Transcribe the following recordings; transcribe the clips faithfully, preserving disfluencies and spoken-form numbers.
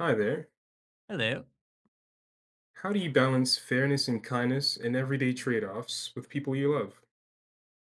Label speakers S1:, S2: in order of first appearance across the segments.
S1: Hi there.
S2: Hello.
S1: How do you balance fairness and kindness and everyday trade offs with people you love?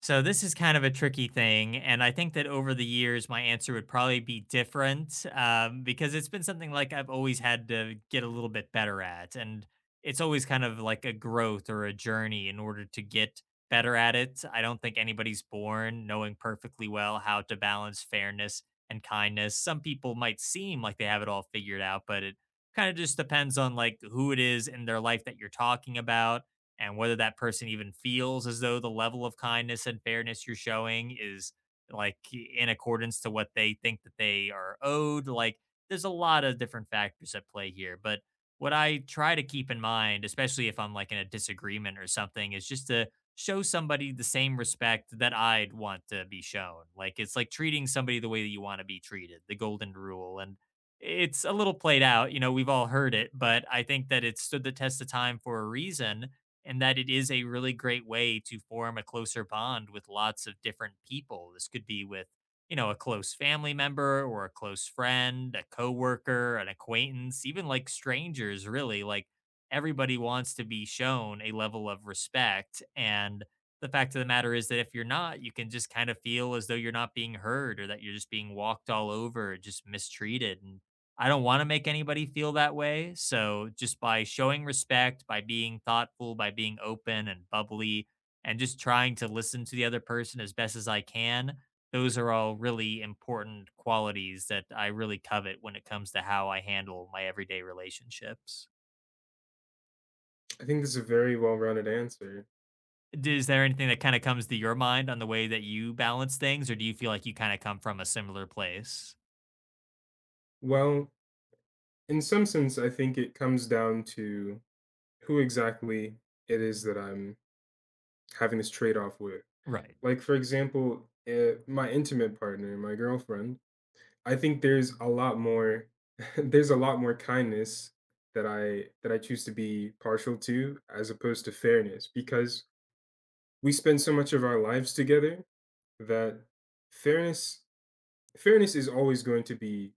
S2: So this is kind of a tricky thing, and I think that over the years my answer would probably be different, um, because it's been something like I've always had to get a little bit better at, and it's always kind of like a growth or a journey in order to get better at it. I don't think anybody's born knowing perfectly well how to balance fairness and kindness. Some people might seem like they have it all figured out, but it kind of just depends on like who it is in their life that you're talking about and whether that person even feels as though the level of kindness and fairness you're showing is like in accordance to what they think that they are owed. Like there's a lot of different factors at play here, but what I try to keep in mind, especially if I'm like in a disagreement or something, is just to show somebody the same respect that I'd want to be shown. Like it's like treating somebody the way that you want to be treated, the golden rule. And it's a little played out, you know we've all heard it, but I think that it stood the test of time for a reason and that it is a really great way to form a closer bond with lots of different people. This could be with, you know, a close family member or a close friend, a coworker, an acquaintance, even like strangers, really. Like everybody wants to be shown a level of respect. And the fact of the matter is that if you're not, you can just kind of feel as though you're not being heard or that you're just being walked all over, just mistreated. And I don't want to make anybody feel that way. So just by showing respect, by being thoughtful, by being open and bubbly, and just trying to listen to the other person as best as I can, those are all really important qualities that I really covet when it comes to how I handle my everyday relationships.
S1: I think this is a very well rounded answer.
S2: D- Is there anything that kind of comes to your mind on the way that you balance things, or do you feel like you kind of come from a similar place?
S1: Well, in some sense, I think it comes down to who exactly it is that I'm having this trade off with.
S2: Right,
S1: Like, for example, uh, my intimate partner, my girlfriend, I think there's a lot more. There's a lot more kindness that I that I choose to be partial to as opposed to fairness because we spend so much of our lives together that fairness fairness is always going to be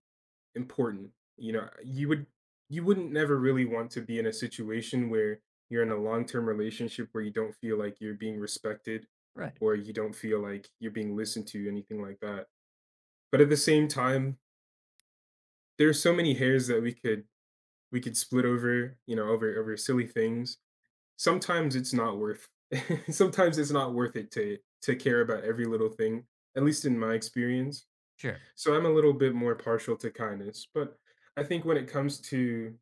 S1: important. You know, you would you wouldn't never really want to be in a situation where you're in a long-term relationship where you don't feel like you're being respected
S2: right,
S1: or you don't feel like you're being listened to, anything like that. But at the same time, there's so many hairs that we could we could split over, you know, over over silly things. Sometimes it's not worth sometimes it's not worth it to to care about every little thing, at least in my experience.
S2: sure,
S1: So I'm a little bit more partial to kindness, but I think when it comes to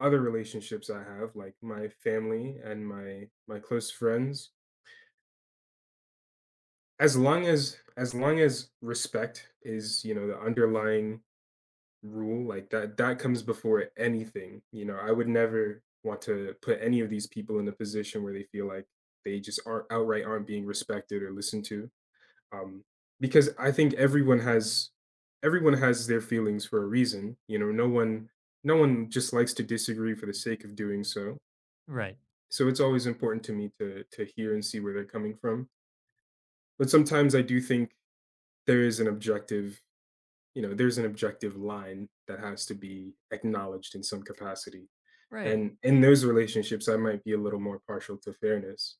S1: other relationships I have, like my family and my my close friends, as long as as long as respect is, you know, the underlying rule, like that that comes before anything. You know, I would never want to put any of these people in a position where they feel like they just aren't outright aren't being respected or listened to. Um, because I think everyone has everyone has their feelings for a reason. You know, no one no one just likes to disagree for the sake of doing so.
S2: right,
S1: So it's always important to me to to hear and see where they're coming from. But sometimes I do think there is an objective, you know, there's an objective line that has to be acknowledged in some capacity.
S2: right.
S1: And in those relationships, I might be a little more partial to fairness.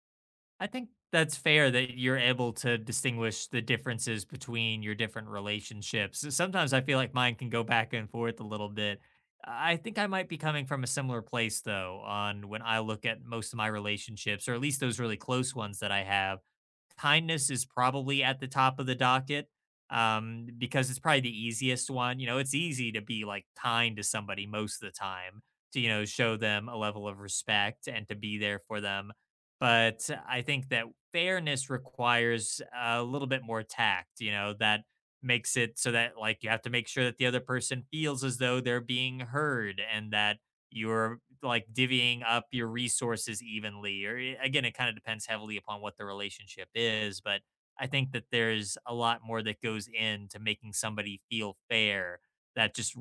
S2: I think that's fair that you're able to distinguish the differences between your different relationships. Sometimes I feel like mine can go back and forth a little bit. I think I might be coming from a similar place though. On when I look at most of my relationships, or at least those really close ones that I have, kindness is probably at the top of the docket, um, because it's probably the easiest one. You know, it's easy to be like kind to somebody most of the time, to, you know, show them a level of respect and to be there for them. But I think that fairness requires a little bit more tact, you know, that makes it so that like you have to make sure that the other person feels as though they're being heard and that you're like divvying up your resources evenly. Or eh, again, it kind of depends heavily upon what the relationship is, but I think that there's a lot more that goes into making somebody feel fair. That just,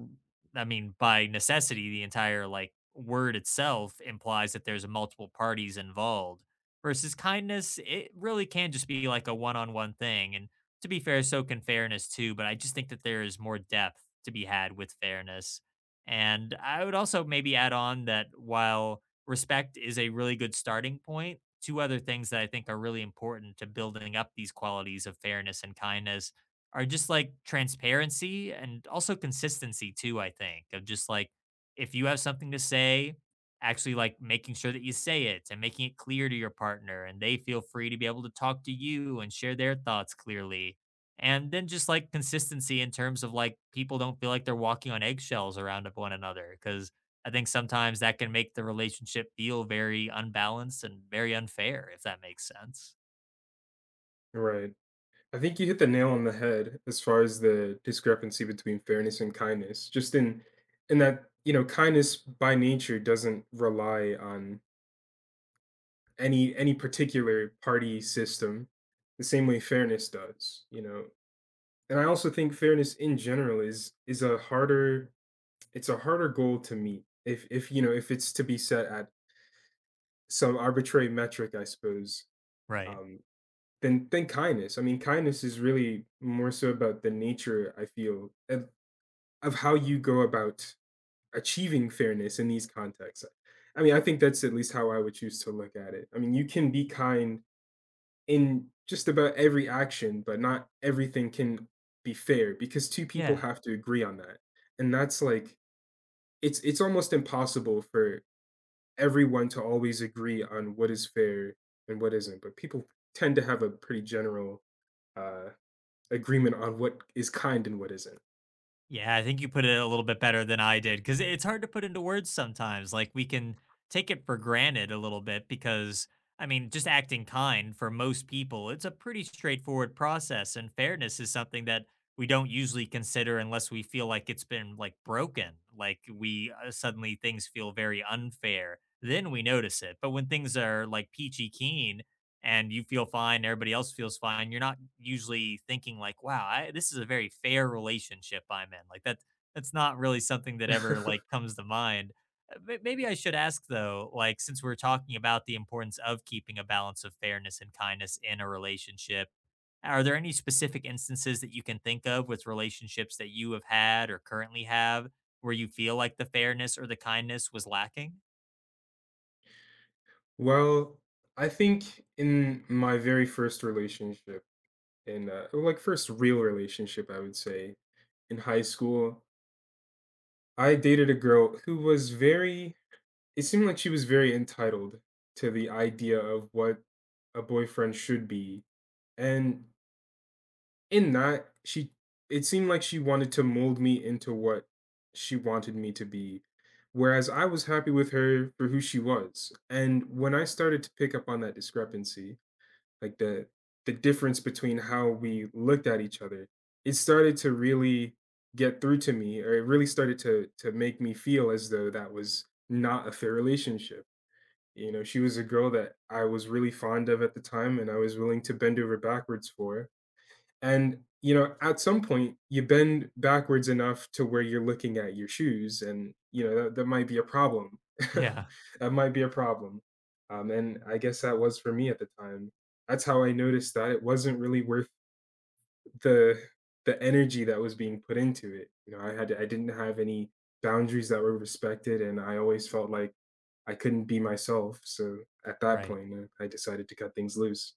S2: I mean, by necessity the entire like word itself implies that there's multiple parties involved versus kindness. It really can just be like a one-on-one thing. And to be fair, so can fairness too, but I just think that there is more depth to be had with fairness. And I would also maybe add on that while respect is a really good starting point, two other things that I think are really important to building up these qualities of fairness and kindness are just like transparency and also consistency too, I think. Of just like, if you have something to say, actually like making sure that you say it and making it clear to your partner, and they feel free to be able to talk to you and share their thoughts clearly. And then just like consistency in terms of like people don't feel like they're walking on eggshells around of one another, because I think sometimes that can make the relationship feel very unbalanced and very unfair, if that makes sense.
S1: Right. I think you hit the nail on the head as far as the discrepancy between fairness and kindness. Just in in that, you know, kindness by nature doesn't rely on any any particular party system the same way fairness does, you know. And I also think fairness in general is is a harder, it's a harder goal to meet if if you know if it's to be set at some arbitrary metric, I suppose.
S2: Right,
S1: Um, than than kindness. I mean, kindness is really more so about the nature. I feel, of how you go about achieving fairness in these contexts. I mean, I think that's at least how I would choose to look at it. I mean, you can be kind in just about every action, but not everything can be fair because two people
S2: yeah.
S1: have to agree on that. And that's like it's it's almost impossible for everyone to always agree on what is fair and what isn't, but people tend to have a pretty general uh agreement on what is kind and what isn't.
S2: Yeah, I think you put it a little bit better than I did, because it's hard to put into words sometimes. Like, we can take it for granted a little bit because, I mean, just acting kind for most people, it's a pretty straightforward process. And fairness is something that we don't usually consider unless we feel like it's been like broken. Like, we uh, suddenly things feel very unfair. Then we notice it. But when things are like peachy keen, and you feel fine, everybody else feels fine, you're not usually thinking like, "Wow, I, this is a very fair relationship I'm in." Like that that's not really something that ever like comes to mind. Uh, may- Maybe I should ask though, like since we're talking about the importance of keeping a balance of fairness and kindness in a relationship, are there any specific instances that you can think of with relationships that you have had or currently have where you feel like the fairness or the kindness was lacking?
S1: Well, I think in my very first relationship, in uh, or, like first real relationship, I would say in high school, I dated a girl who was very. It seemed like she was very entitled to the idea of what a boyfriend should be, and in that she, it seemed like she wanted to mold me into what she wanted me to be. Whereas I was happy with her for who she was. And when I started to pick up on that discrepancy, like the the difference between how we looked at each other, it started to really get through to me, or it really started to to make me feel as though that was not a fair relationship. You know, she was a girl that I was really fond of at the time and I was willing to bend over backwards for, and, you know, at some point, you bend backwards enough to where you're looking at your shoes, and, you know, that, that might be a problem.
S2: Yeah,
S1: That might be a problem. Um, and I guess that was for me at the time. That's how I noticed that it wasn't really worth the the energy that was being put into it. You know, I had I didn't have any boundaries that were respected, and I always felt like I couldn't be myself. So at that
S2: right.
S1: point, you I decided to cut things loose.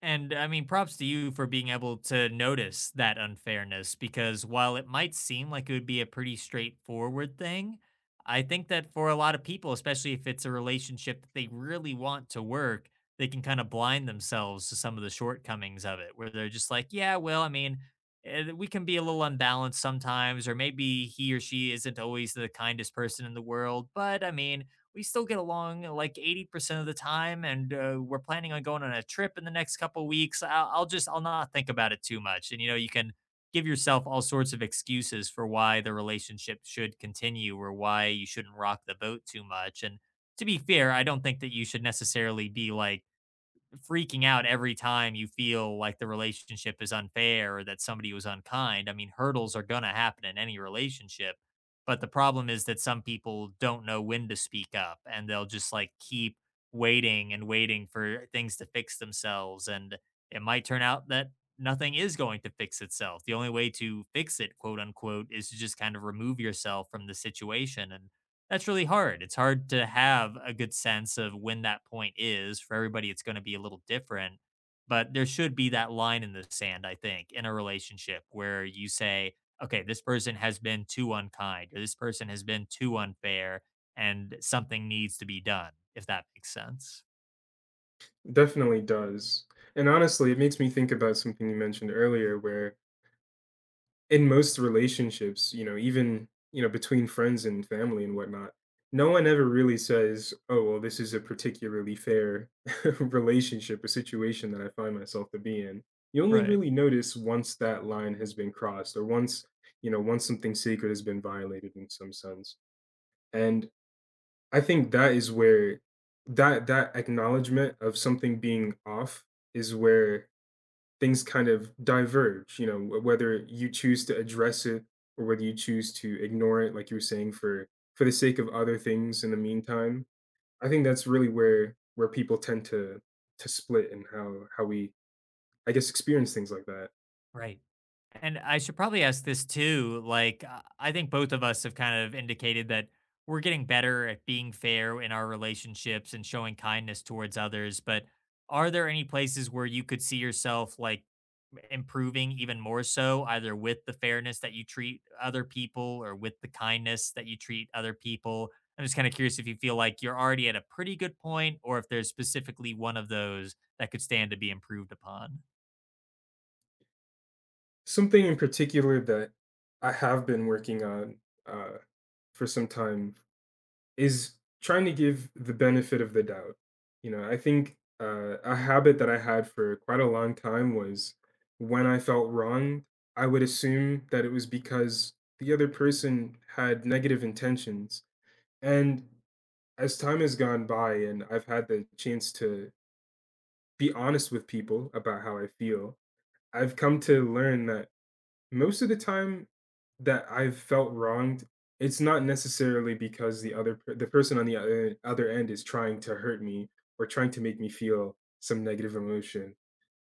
S2: And I mean, props to you for being able to notice that unfairness, because while it might seem like it would be a pretty straightforward thing, I think that for a lot of people, especially if it's a relationship that they really want to work, they can kind of blind themselves to some of the shortcomings of it, where they're just like, yeah, well, I mean, eh, we can be a little unbalanced sometimes, or maybe he or she isn't always the kindest person in the world, but I mean, we still get along like eighty percent of the time, and uh, we're planning on going on a trip in the next couple weeks. I'll, I'll just i'll not think about it too much. And you know, you can give yourself all sorts of excuses for why the relationship should continue or why you shouldn't rock the boat too much. And to be fair, I don't think that you should necessarily be like freaking out every time you feel like the relationship is unfair or that somebody was unkind. I mean, hurdles are going to happen in any relationship. But the problem is that some people don't know when to speak up, and they'll just like keep waiting and waiting for things to fix themselves. And it might turn out that nothing is going to fix itself. The only way to fix it, quote unquote, is to just kind of remove yourself from the situation. And that's really hard. It's hard to have a good sense of when that point is. For everybody, it's going to be a little different, but there should be that line in the sand, I think, in a relationship where you say, okay, this person has been too unkind or this person has been too unfair, and something needs to be done, if that makes sense.
S1: Definitely does. And honestly, it makes me think about something you mentioned earlier, where in most relationships, you know, even, you know, between friends and family and whatnot, no one ever really says, "Oh, well, this is a particularly fair relationship, a situation that I find myself to be in." You only
S2: Right.
S1: really notice once that line has been crossed, or once, you know, once something sacred has been violated in some sense. And I think that is where that that acknowledgement of something being off is where things kind of diverge, you know, wh- whether you choose to address it or whether you choose to ignore it, like you were saying, for for the sake of other things in the meantime. I think that's really where where people tend to to split and how how we I guess experience things like that.
S2: Right. And I should probably ask this too. Like, uh, I think both of us have kind of indicated that we're getting better at being fair in our relationships and showing kindness towards others. But are there any places where you could see yourself like improving even more so, either with the fairness that you treat other people or with the kindness that you treat other people? I'm just kind of curious if you feel like you're already at a pretty good point or if there's specifically one of those that could stand to be improved upon.
S1: Something in particular that I have been working on uh, for some time is trying to give the benefit of the doubt. You know, I think uh, a habit that I had for quite a long time was when I felt wronged, I would assume that it was because the other person had negative intentions. And as time has gone by and I've had the chance to be honest with people about how I feel, I've come to learn that most of the time that I've felt wronged, it's not necessarily because the other per the person on the other other end is trying to hurt me or trying to make me feel some negative emotion.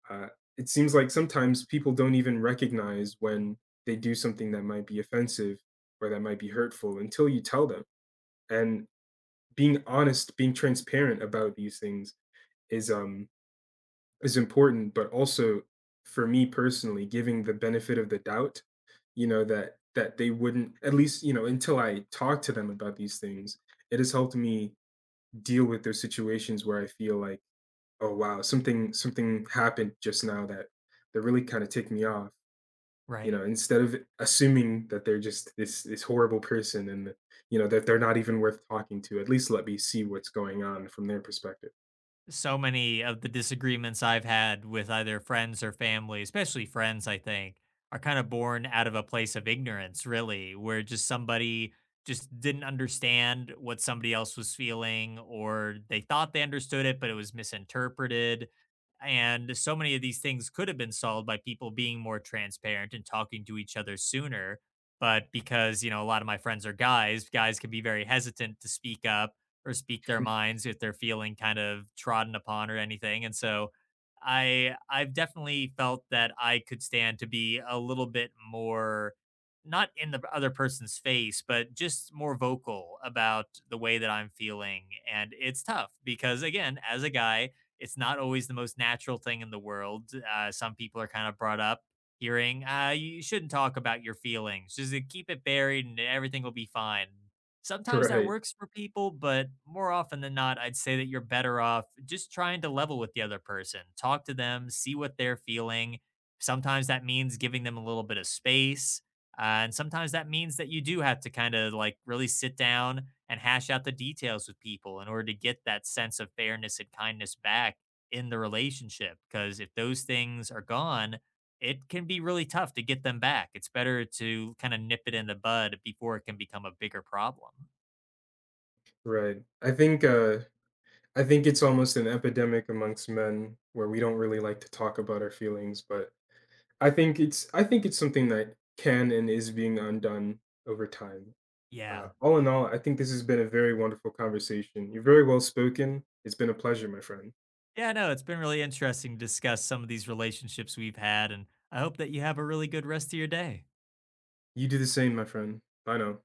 S1: Uh, it seems like sometimes people don't even recognize when they do something that might be offensive or that might be hurtful until you tell them. And being honest, being transparent about these things is um is important, but also for me personally, giving the benefit of the doubt, you know, that that they wouldn't, at least, you know, until I talk to them about these things, it has helped me deal with those situations where I feel like, "Oh, wow, something something happened just now that that really kinda ticked me off," you
S2: Right.
S1: know, instead of assuming that they're just this this horrible person and, you know, that they're not even worth talking to. At least let me see what's going on from their perspective.
S2: So many of the disagreements I've had with either friends or family, especially friends, I think, are kind of born out of a place of ignorance, really, where just somebody just didn't understand what somebody else was feeling, or they thought they understood it, but it was misinterpreted. And so many of these things could have been solved by people being more transparent and talking to each other sooner. But because, you know, a lot of my friends are guys, guys can be very hesitant to speak up or speak their minds if they're feeling kind of trodden upon or anything. And so I I've definitely felt that I could stand to be a little bit more not in the other person's face, but just more vocal about the way that I'm feeling. And it's tough because, again, as a guy, it's not always the most natural thing in the world. Uh, some people are kind of brought up hearing, uh, you shouldn't talk about your feelings. Just uh, keep it buried and everything will be fine. Sometimes that
S1: Right,
S2: works for people, but more often than not, I'd say that you're better off just trying to level with the other person. Talk to them, see what they're feeling. Sometimes that means giving them a little bit of space. Uh, and sometimes that means that you do have to kind of like really sit down and hash out the details with people in order to get that sense of fairness and kindness back in the relationship. Because if those things are gone, it can be really tough to get them back. It's better to kind of nip it in the bud before it can become a bigger problem.
S1: right. I think, uh I think it's almost an epidemic amongst men where we don't really like to talk about our feelings, but I think it's I think it's something that can and is being undone over time. Uh,
S2: Yeah.
S1: all in all, I think this has been a very wonderful conversation. You're very well spoken. It's been a pleasure, my friend.
S2: Yeah, no, it's been really interesting to discuss some of these relationships we've had, and I hope that you have a really good rest of your day.
S1: You do the same, my friend. I know.